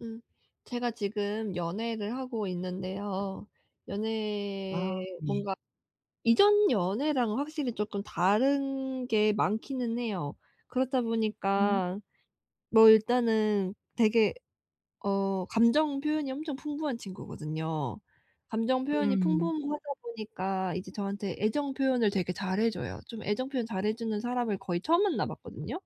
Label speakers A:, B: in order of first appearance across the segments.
A: 음. 제가 지금 연애를 하고 있는데요. 연애
B: 아 네.
A: 뭔가 이전 연애랑 확실히 조금 다른 게 많기는 해요. 그렇다
B: 음
A: 보니까 뭐 일단은 되게 감정 표현이 엄청 풍부한 친구거든요. 감정 표현이
B: 음.
A: 풍부하다 보니까 이제 저한테 애정 표현을 되게 잘해 줘요. 좀 애정 표현 잘해 주는 사람을 거의 처음 만나 봤거든요.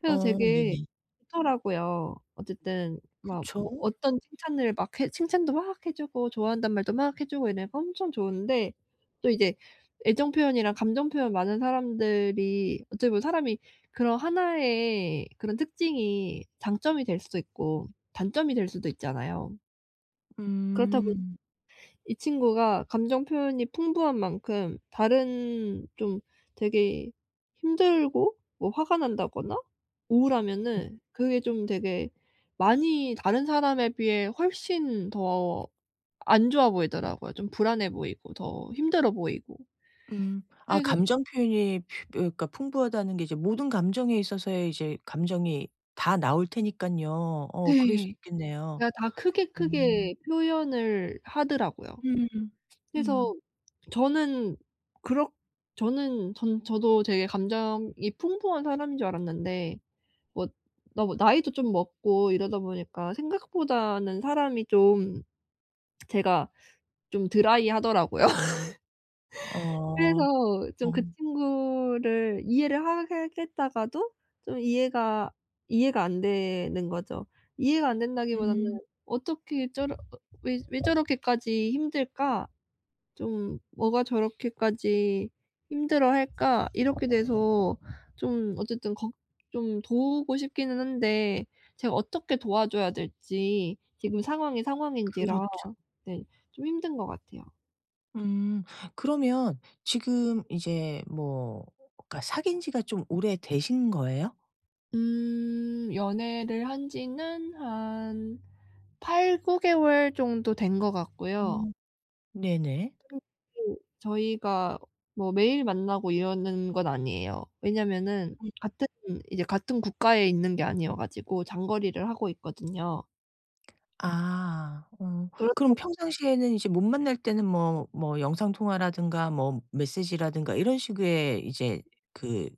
A: 그래서
B: 어
A: 되게
B: 네네.
A: 좋더라고요. 어쨌든 막
B: 그쵸.
A: 뭐 어떤 칭찬을 막 해 칭찬도 막 해 주고 좋아한다는 말도 막 해 주고 이러니까 엄청 좋은데 또 이제 애정 표현이랑 감정 표현 많은 사람들이 어떻게 보면 사람이 그런 하나의 그런 특징이 장점이 될 수도 있고 단점이 될 수도 있잖아요. 그렇다 보니까
B: 음.
A: 이 친구가 감정 표현이 풍부한 만큼 다른 좀 되게 힘들고 뭐 화가 난다거나 우울하면은 그게 좀 되게 많이 다른 사람에 비해 훨씬 더 안 좋아 보이더라고요. 좀 불안해 보이고 더 힘들어 보이고.
B: 음. 아
A: 그래서
B: 감정 표현이 표 그러니까 풍부하다는 게 이제 모든 감정에 있어서의 이제 감정이 다 나올 테니깐요. 어 그럴 수
A: 네.
B: 있겠네요.
A: 제가 다 크게
B: 어.
A: 크게 표현을 하더라고요.
B: 음.
A: 그래서
B: 음.
A: 저는 그렇 저는 전 저도 되게 감정이 풍부한 사람인 줄 알았는데 뭐 너무 나이도 좀 먹고 이러다 보니까 생각보다는 사람이 좀 제가 좀 드라이하더라고요.
B: 어.
A: 그래서 좀
B: 어.
A: 그 친구를 이해를 하겠다가도 좀 이해가 안 되는 거죠. 이해가 안 된다기보다는
B: 음.
A: '어떻게 저러 어 왜 저렇게까지 힘들까?' 좀 '뭐가 저렇게까지 힘들어할까?' 이렇게 돼서 좀 어쨌든 걱 좀 도우고 싶기는 한데 제가 어떻게 도와줘야 될지 지금 상황이 상황인지라
B: 그렇죠.
A: 네, 좀 힘든 것 같아요.
B: 음. 그러면 지금 이제 뭐 그러니까 사귄 지가 좀 오래되신 거예요?
A: 음, 연애를 한 지는 한 8-9 개월 정도 된 것 같고요.
B: 음. 네네.
A: 음. 음. 저희가 뭐 매일 만나고 이러는 건 아니에요. 왜냐면은 같은 이제 같은 국가에 있는 게 아니어 가지고 장거리를 하고 있거든요.
B: 아. 어.
A: 그렇다
B: 그럼 평상시에는 이제 못 만날 때는 뭐 뭐 영상 통화라든가 뭐 메시지라든가 이런 식의 이제 그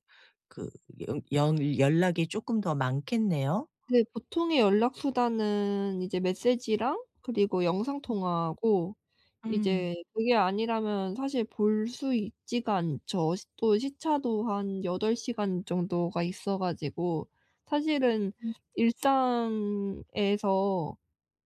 B: 그 연 연 연락이 쪼끔 더 많겠네요?
A: 네, 보통의 연락 수단은 이제 메시지랑 그리고 영상 통화하고
B: 음.
A: 이제 그게 아니라면 사실 볼 수 있지가 않죠. 시 또 시차도 한 8 시간 정도가 있어 가지고 사실은 일상에서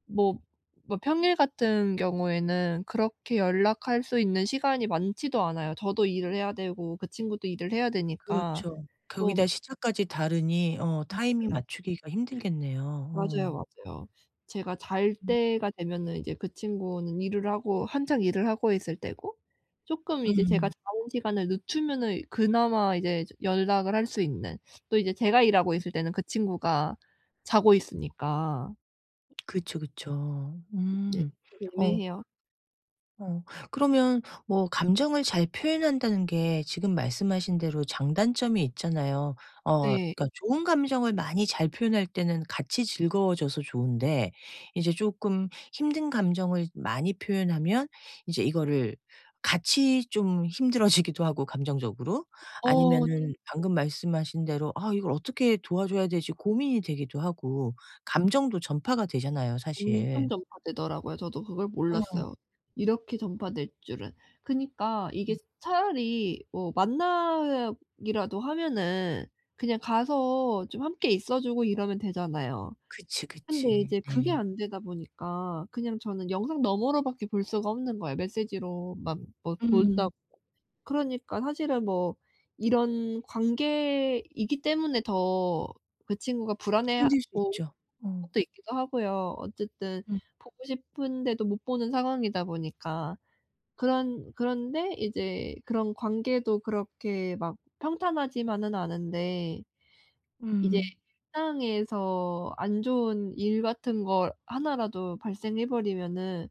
A: 뭐 평일 같은 경우에는 그렇게 연락할 수 있는 시간이 많지도 않아요. 저도 일을 해야 되고 그 친구도 일을 해야 되니까
B: 그렇죠.
A: 또
B: 거기다 시차까지 다르니 어 타이밍
A: 맞아요.
B: 맞추기가 힘들겠네요. 어.
A: 맞아요, 맞아요. 제가 잘 때가 되면은 이제 그 친구는 일을 하고 한창 일을 하고 있을 때고 쪼끔 이제 제가
B: 음.
A: 자는 시간을 늦추면은 그나마 이제 연락을 할 수 있는, 또 이제 제가 일하고 있을 때는 그 친구가 자고 있으니까
B: 그쵸, 그쵸.
A: 네.
B: 음.
A: 되게
B: 어.
A: 애매해요.
B: 어. 그러면 뭐 감정을 잘 표현한다는 게 지금 말씀하신 대로 장단점이 있잖아요. 어
A: 네.
B: 그러니까 좋은 감정을 많이 잘 표현할 때는 같이 즐거워져서 좋은데 이제 조금 힘든 감정을 많이 표현하면 이제 이거를 같이 좀 힘들어지기도 하고 감정적으로
A: 어
B: 아니면은 방금 말씀하신 대로 '아 이걸 어떻게 도와줘야 되지?' 고민이 되기도 하고 감정도 전파가 되잖아요 사실.
A: 엄청 전파되더라고요. 저도 그걸
B: 어.
A: 몰랐어요. 이렇게 전파될 줄은. 그니까 이게 차라리 뭐 만나기라도 하면은 그냥 가서 좀 함께 있어 주고 이러면 되잖아요.
B: 그치,
A: 근데
B: 그치.
A: 이제 그게
B: 네.
A: 안 되다 보니까 그냥 저는 영상 너머로 밖에 볼 수가 없는 거예요, 메시지로만 뭐
B: 음.
A: 본다고. 그러니까 사실은 뭐 이런 관계이기 때문에 더 그 친구가
B: 힘들 수
A: 불안해하고
B: 있죠. 어.
A: 것도 있기도 하고요. 어쨌든
B: 음.
A: 보고 싶은데도 못 보는 상황이다 보니까. 그런데 이제 그런 관계도 그렇게 막 평탄하지만은 않은데 이제
B: 음.
A: 일상에서 안 좋은 일 같은 거 하나라도 발생해 버리면은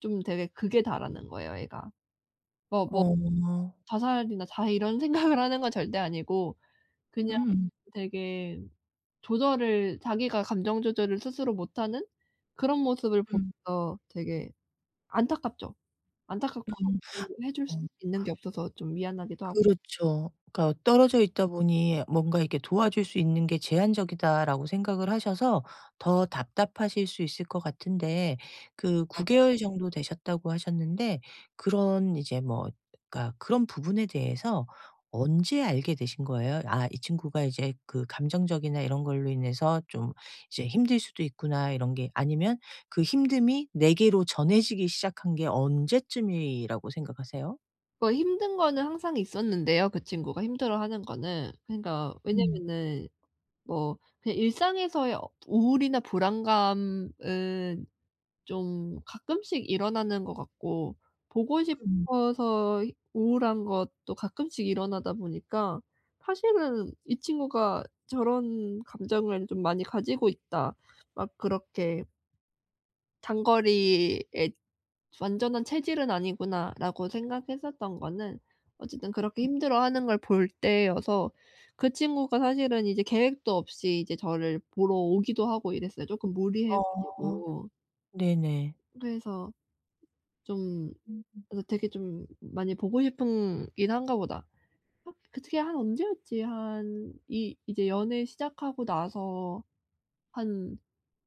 A: 좀 되게 극에 달하는 거예요, 애가. 뭐
B: 어.
A: 자살이나 자해 이런 생각을 하는 건 절대 아니고 그냥
B: 음.
A: 되게 조절을 자기가 감정 조절을 스스로 못하는 그런 모습을
B: 음.
A: 보면서 되게 안타깝죠. 안타깝고 좀
B: 음.
A: 해 줄 수
B: 어.
A: 있는 게 없어서 좀 미안하기도 하고.
B: 그렇죠. 그러니까 떨어져 있다 보니 뭔가 이렇게 도와줄 수 있는 게 제한적이다라고 생각을 하셔서 더 답답하실 수 있을 것 같은데 그 9개월 개월
A: 맞아요.
B: 정도 되셨다고 하셨는데 그런 이제 뭐 그러니까 그런 부분에 대해서 언제 알게 되신 거예요? '아 이 친구가 이제 그 감정적이나 이런 걸로 인해서 좀 이제 힘들 수도 있구나.' 이런 게 아니면 그 힘듦이 내게로 전해지기 시작한 게 언제쯤이라고 생각하세요?
A: 그 힘든 거는 항상 있었는데요, 그 친구가 힘들어하는 거는. 그러니까
B: 음.
A: 왜냐면은 뭐 그냥 일상에서의 우울이나 불안감은 좀 가끔씩 일어나는 것 같고, 보고 싶어서 우울한 것도 가끔씩 일어나다 보니까 사실은 '이 친구가 저런 감정을 좀 많이 가지고 있다.' 막 그렇게 장거리에 '완전한 체질은 아니구나.'라고 생각했었던 거는 어쨌든 그렇게 힘들어하는 걸 볼 때여서. 그 친구가 사실은 이제 계획도 없이 이제 저를 보러 오기도 하고 이랬어요. 쪼끔
B: 어.
A: 무리해
B: 어.
A: 가지고.
B: 네네.
A: 그래서 좀, 그래서 되게 좀 많이 보고 싶은 긴 한가 보다. 아, 그게 한 언제였지? 한 이 이제 연애 시작하고 나서 한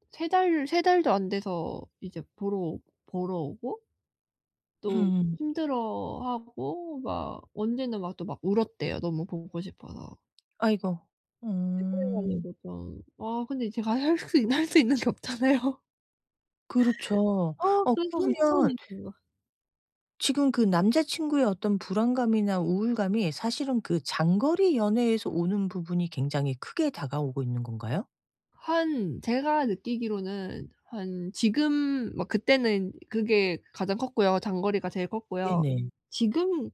A: 세 달도 안 돼서 이제 보러 오고 또
B: 음
A: 힘들어하고 막 언니는 막 또 막 울었대요, 너무 보고 싶어서.
B: 아이고.
A: 그래
B: 음.
A: 가지고 좀, 아 근데 제가 할 수 있는 게 없잖아요.
B: 그렇죠.
A: 어
B: 어
A: 그래서 미쳐버
B: 그러면
A: 리겠 거.
B: 지금 그 남자 친구의 어떤 불안감이나 우울감이 사실은 그 장거리 연애에서 오는 부분이 굉장히 크게 다가오고 있는 건가요?
A: 한 제가 느끼기로는 한 지금 막 그때는 그게 가장 컸고요. 장거리가 제일 컸고요.
B: 네네.
A: 지금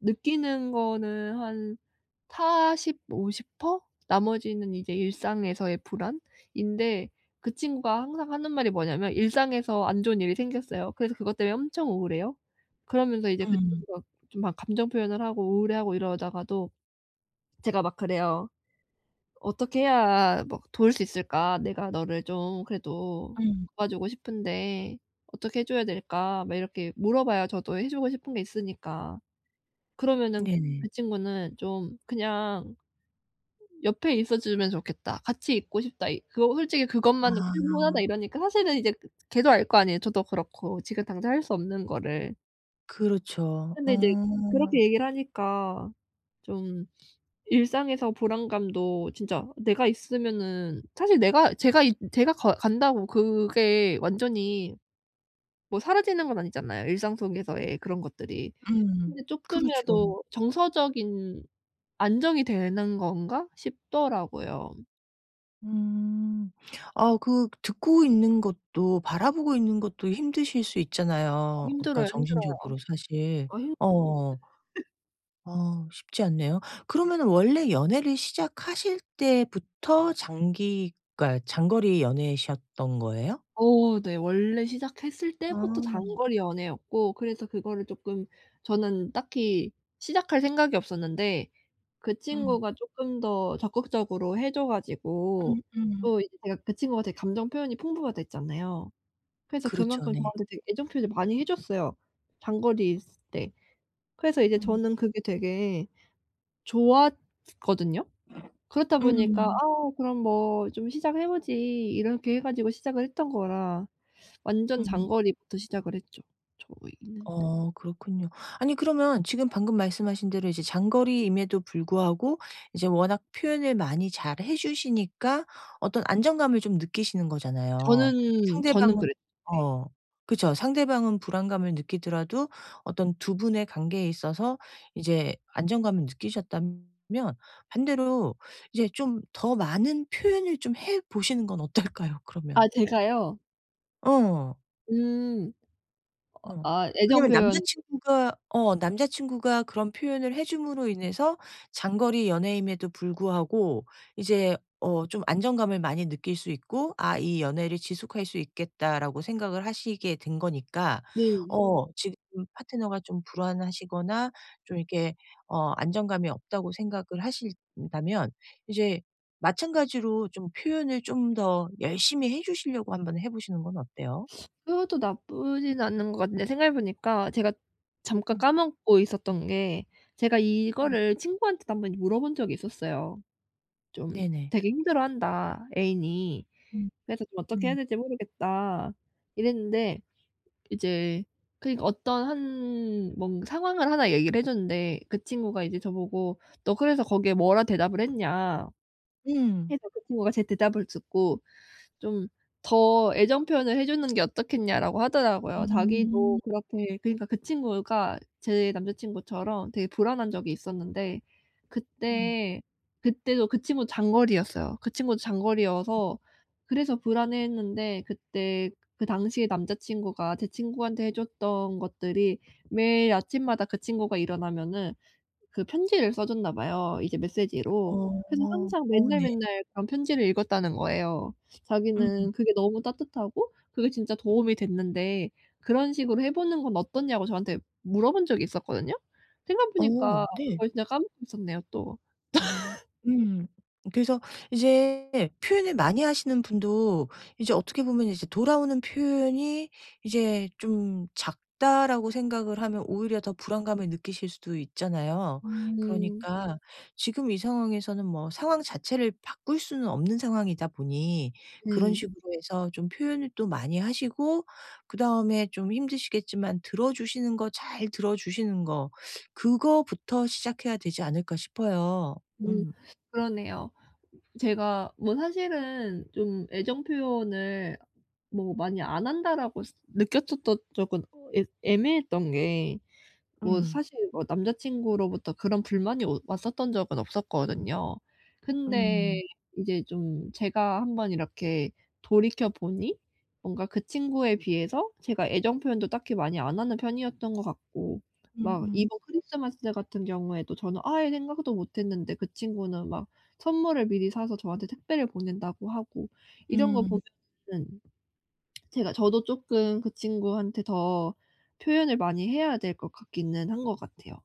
A: 느끼는 거는 한 40 50% 나머지는 이제 일상에서의 불안인데, 그 친구가 항상 하는 말이 뭐냐면 일상에서 안 좋은 일이 생겼어요. 그래서 그것 때문에 엄청 우울해요. 그러면서 이제 그
B: 음.
A: 친구가 좀 막 감정 표현을 하고 우울해하고 이러다가도 제가 막 그래요. "어떻게 해야 막 도울 수 있을까? 내가 너를 좀 그래도
B: 음.
A: 도와주고 싶은데 어떻게 해 줘야 될까?" 막 이렇게 물어봐야 저도 해 주고 싶은 게 있으니까. 그러면은
B: 네네.
A: 그 친구는 좀 그냥 옆에 있어 주면 좋겠다. 같이 있고 싶다. 이 그거 솔직히
B: 아.
A: 그것만은 충분하다. 이러니까 사실은 이제 그 걔도 알 거 아니에요. 저도 그렇고 지금 당장 할 수 없는 거를.
B: 그렇죠.
A: 근데 이제
B: 어.
A: 그렇게 얘기를 하니까 좀 일상에서 보람감도 진짜 내가 있으면은 사실 내가 제가 이 제가 가 간다고 그게 완전히 뭐 사라지는 건 아니잖아요, 일상 속에서의 그런 것들이.
B: 음.
A: 근데
B: 그렇죠.
A: 쪼끔이라도 '정서적인 안정이 되는 건가?' 싶더라고요.
B: 음. 아 그 듣고 있는 것도 바라보고 있는 것도 힘드실 수
A: 아
B: 있잖아요. 그러니까
A: 힘들어요.
B: 정신적으로 사실.
A: 아힘
B: 어. 어 쉽지 않네요. 그러면은 원래 연애를 시작하실 때부터 장기 그러니까 장거리 연애셨던 거예요?
A: 어 네. 원래 시작했을
B: 아.
A: 때부터 단거리 연애였고 그래서 그거를 쪼끔, 저는 딱히 시작할 생각이 없었는데 그
B: 음.
A: 친구가 쪼끔 더 적극적으로 해줘 가지고
B: 음음.
A: 또 이제 제가 그 친구가 되게 감정 표현이 풍부하다 했잖아요. 그래서
B: 그렇죠.
A: 그만큼
B: 네.
A: 저한테 되게 애정 표현을 많이 해 줬어요, 장거리 있을 때. 그래서 이제
B: 음.
A: 저는 그게 되게 좋았거든요. 그렇다 보니까
B: 음.
A: '아 그럼 뭐 좀 시작해 보지.' 이렇게 해 가지고 시작을 했던 거라 완전
B: 음.
A: 장거리부터 시작을 했죠, 저희는.
B: 어 그렇군요. 아니 그러면 지금 방금 말씀하신 대로 이제 장거리임에도 불구하고 이제 워낙 표현을 많이 잘해 주시니까 어떤 안정감을 좀 느끼시는 거잖아요.
A: 저는
B: 상대방은
A: 그랬
B: 어 그쵸. 상대방은 불안감을 느끼더라도 어떤 두 분의 관계에 있어서 이제 안정감을 느끼셨다면 반대로 이제 좀 더 많은 표현을 좀 해 보시는 건 어떨까요
A: 아
B: 그러면?
A: 제가요?
B: 어.
A: 음.
B: 어.
A: 아 애정
B: 왜냐면
A: 표현
B: 남자친구가 어 남자친구가 그런 표현을 해 줌으로 인해서 장거리 연애임에도 불구하고 이제 어 좀 안정감을 많이 느낄 수 있고 '아 이 연애를 지속할 수 있겠다.'라고 생각을 하시게 된 거니까
A: 네.
B: 어 지금 파트너가 좀 불안하시거나 좀 이렇게 어 안정감이 없다고 생각을 하신다면 이제 마찬가지로 좀 표현을 좀 더 열심히 해 주시려고 한번 해 보시는 건 어때요?
A: 그것도 나쁘진 않은 것 같은데 생각해 보니까 제가 잠깐
B: 음
A: 까먹고 있었던 게, 제가
B: 음.
A: 이거를 친구한테도 한번 물어본 적이 있었어요. 좀,
B: 네네.
A: "되게 힘들어한다, 애인이. 그래서 좀 어떻게 해야
B: 음.
A: 될지 모르겠다." 이랬는데 이제 그러니까 어떤 한 뭔 상황을 하나 얘기를 해 줬는데 그 친구가 이제 저보고 "너 그래서 거기에 뭐라 대답을 했냐?"
B: 음.
A: 해서 그 친구가 제 대답을 듣고 좀 더 애정 표현을 해 주는 게 어떻겠냐라고 하더라고요.
B: 음.
A: 자기도 그렇게 그러니까 그 친구가 제 남자 친구처럼 되게 불안한 적이 있었는데
B: 음.
A: 그때 그때도 그 친구 장거리였어요. 그 친구도 장거리여서 그래서 불안해했는데 그때 그 당시에 남자 친구가 제 친구한테 해 줬던 것들이 매일 아침마다 그 친구가 일어나면은 그 편지를 써 줬나 봐요, 이제 메시지로. 그래서
B: 어.
A: 항상
B: 어
A: 맨날
B: 네.
A: 맨날 그런 편지를 읽었다는 거예요.
B: 음.
A: 자기는 그게 너무 따뜻하고 그게 진짜 도움이 됐는데 그런 식으로 해 보는 건 어떠냐고 저한테 물어본 적이 있었거든요. 생각해
B: 어
A: 보니까
B: 네.
A: 그걸 진짜 까먹고 있었네요 또.
B: 음. 그래서 이제 표현을 많이 하시는 분도 이제 어떻게 보면 이제 돌아오는 표현이 이제 좀 작다라고 생각을 하면 오히려 더 불안감을 느끼실 수도 있잖아요.
A: 음.
B: 그러니까 지금 이 상황에서는 뭐 상황 자체를 바꿀 수는 없는 상황이다 보니 그런
A: 네.
B: 식으로 해서 좀 표현을 또 많이 하시고 그다음에 좀 힘드시겠지만 들어주시는 거 잘 들어주시는 거 그거부터 시작해야 되지 않을까 싶어요.
A: 음.
B: 음.
A: 그러네요. 제가 뭐 사실은 좀 애정 표현을 뭐 많이 안 한다라고 스 느꼈었던 적은 어 애 애매했던 게 뭐
B: 음.
A: 사실 뭐 남자친구로부터 그런 불만이 오 왔었던 적은 없었거든요. 근데
B: 음.
A: 이제 좀 제가 한번 이렇게 돌이켜 보니 뭔가 그 친구에 비해서 제가 애정 표현도 딱히 많이 안 하는 편이었던 것 같고 막
B: 음음.
A: 이번 크리스마스 같은 경우에도 저는 아예 생각도 못 했는데 그 친구는 막 선물을 미리 사서 저한테 택배를 보낸다고 하고 이런 거
B: 음.
A: 보면은 제가 저도 쪼끔 그 친구한테 더 표현을 많이 해야 될 것 같기는 한 것 같아요.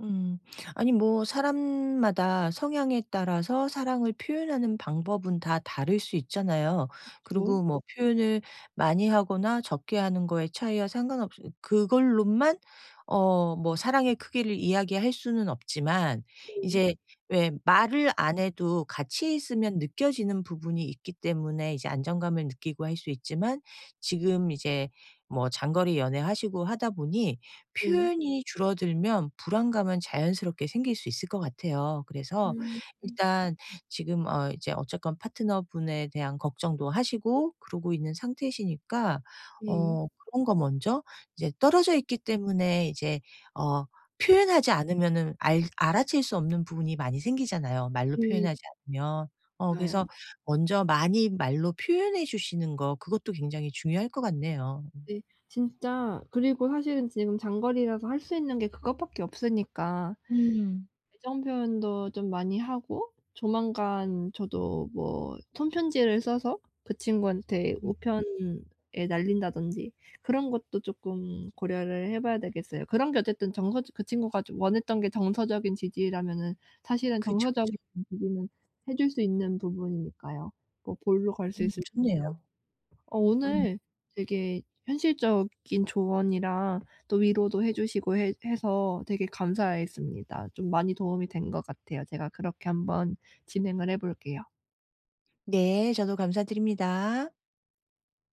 B: 음. 아니 뭐 사람마다 성향에 따라서 사랑을 표현하는 방법은 다 다를 수 있잖아요.
A: 그
B: 그리고 뭐 표현을 많이 하거나 적게 하는 거에 차이와 상관없 그걸로만 어 뭐 사랑의 크기를 이야기할 수는 없지만
A: 네.
B: 이제 왜 말을 안 해도 같이 있으면 느껴지는 부분이 있기 때문에 이제 안정감을 느끼고 할 수 있지만 지금 이제 뭐 장거리 연애하시고 하다 보니
A: 네.
B: 표현이 줄어들면 불안감은 자연스럽게 생길 수 있을 것 같아요. 그래서
A: 음.
B: 일단 지금 어 이제 어쨌건 파트너분에 대한 걱정도 하시고 그러고 있는 상태시니까
A: 네.
B: 어 그런 거 먼저 이제 떨어져 있기 때문에 이제 어 표현하지 않으면은 알 알아챌 수 없는 부분이 많이 생기잖아요, 말로
A: 네.
B: 표현하지 않으면. 어 그래서
A: 맞아요.
B: 먼저 많이 말로 표현해 주시는 거 그것도 굉장히 중요할 것 같네요.
A: 네. 진짜. 그리고 사실은 지금 장거리라서 할 수 있는 게 그것밖에 없으니까
B: 음.
A: 애정 표현도 좀 많이 하고 조만간 저도 뭐 손편지를 써서 그 친구한테 우편에 날린다든지 그런 것도 쪼끔 고려를 해 봐야 되겠어요. 그런 게 어쨌든 정서적 그 친구가 좀 원했던 게 정서적인 지지라면은 사실은
B: 그쵸, 그쵸.
A: 정서적인 지지는 해줄 수 있는 부분이니까요. 뭐 볼로 갈 수 있으면,
B: 좋네요.
A: 어
B: 음.
A: 오늘 되게 현실적인 조언이랑 또 위로도 해 주시고 해 해서 되게 감사했습니다. 좀 많이 도움이 된 것 같아요. 제가 그렇게 한번 진행을 해 볼게요.
B: 네. 저도 감사드립니다.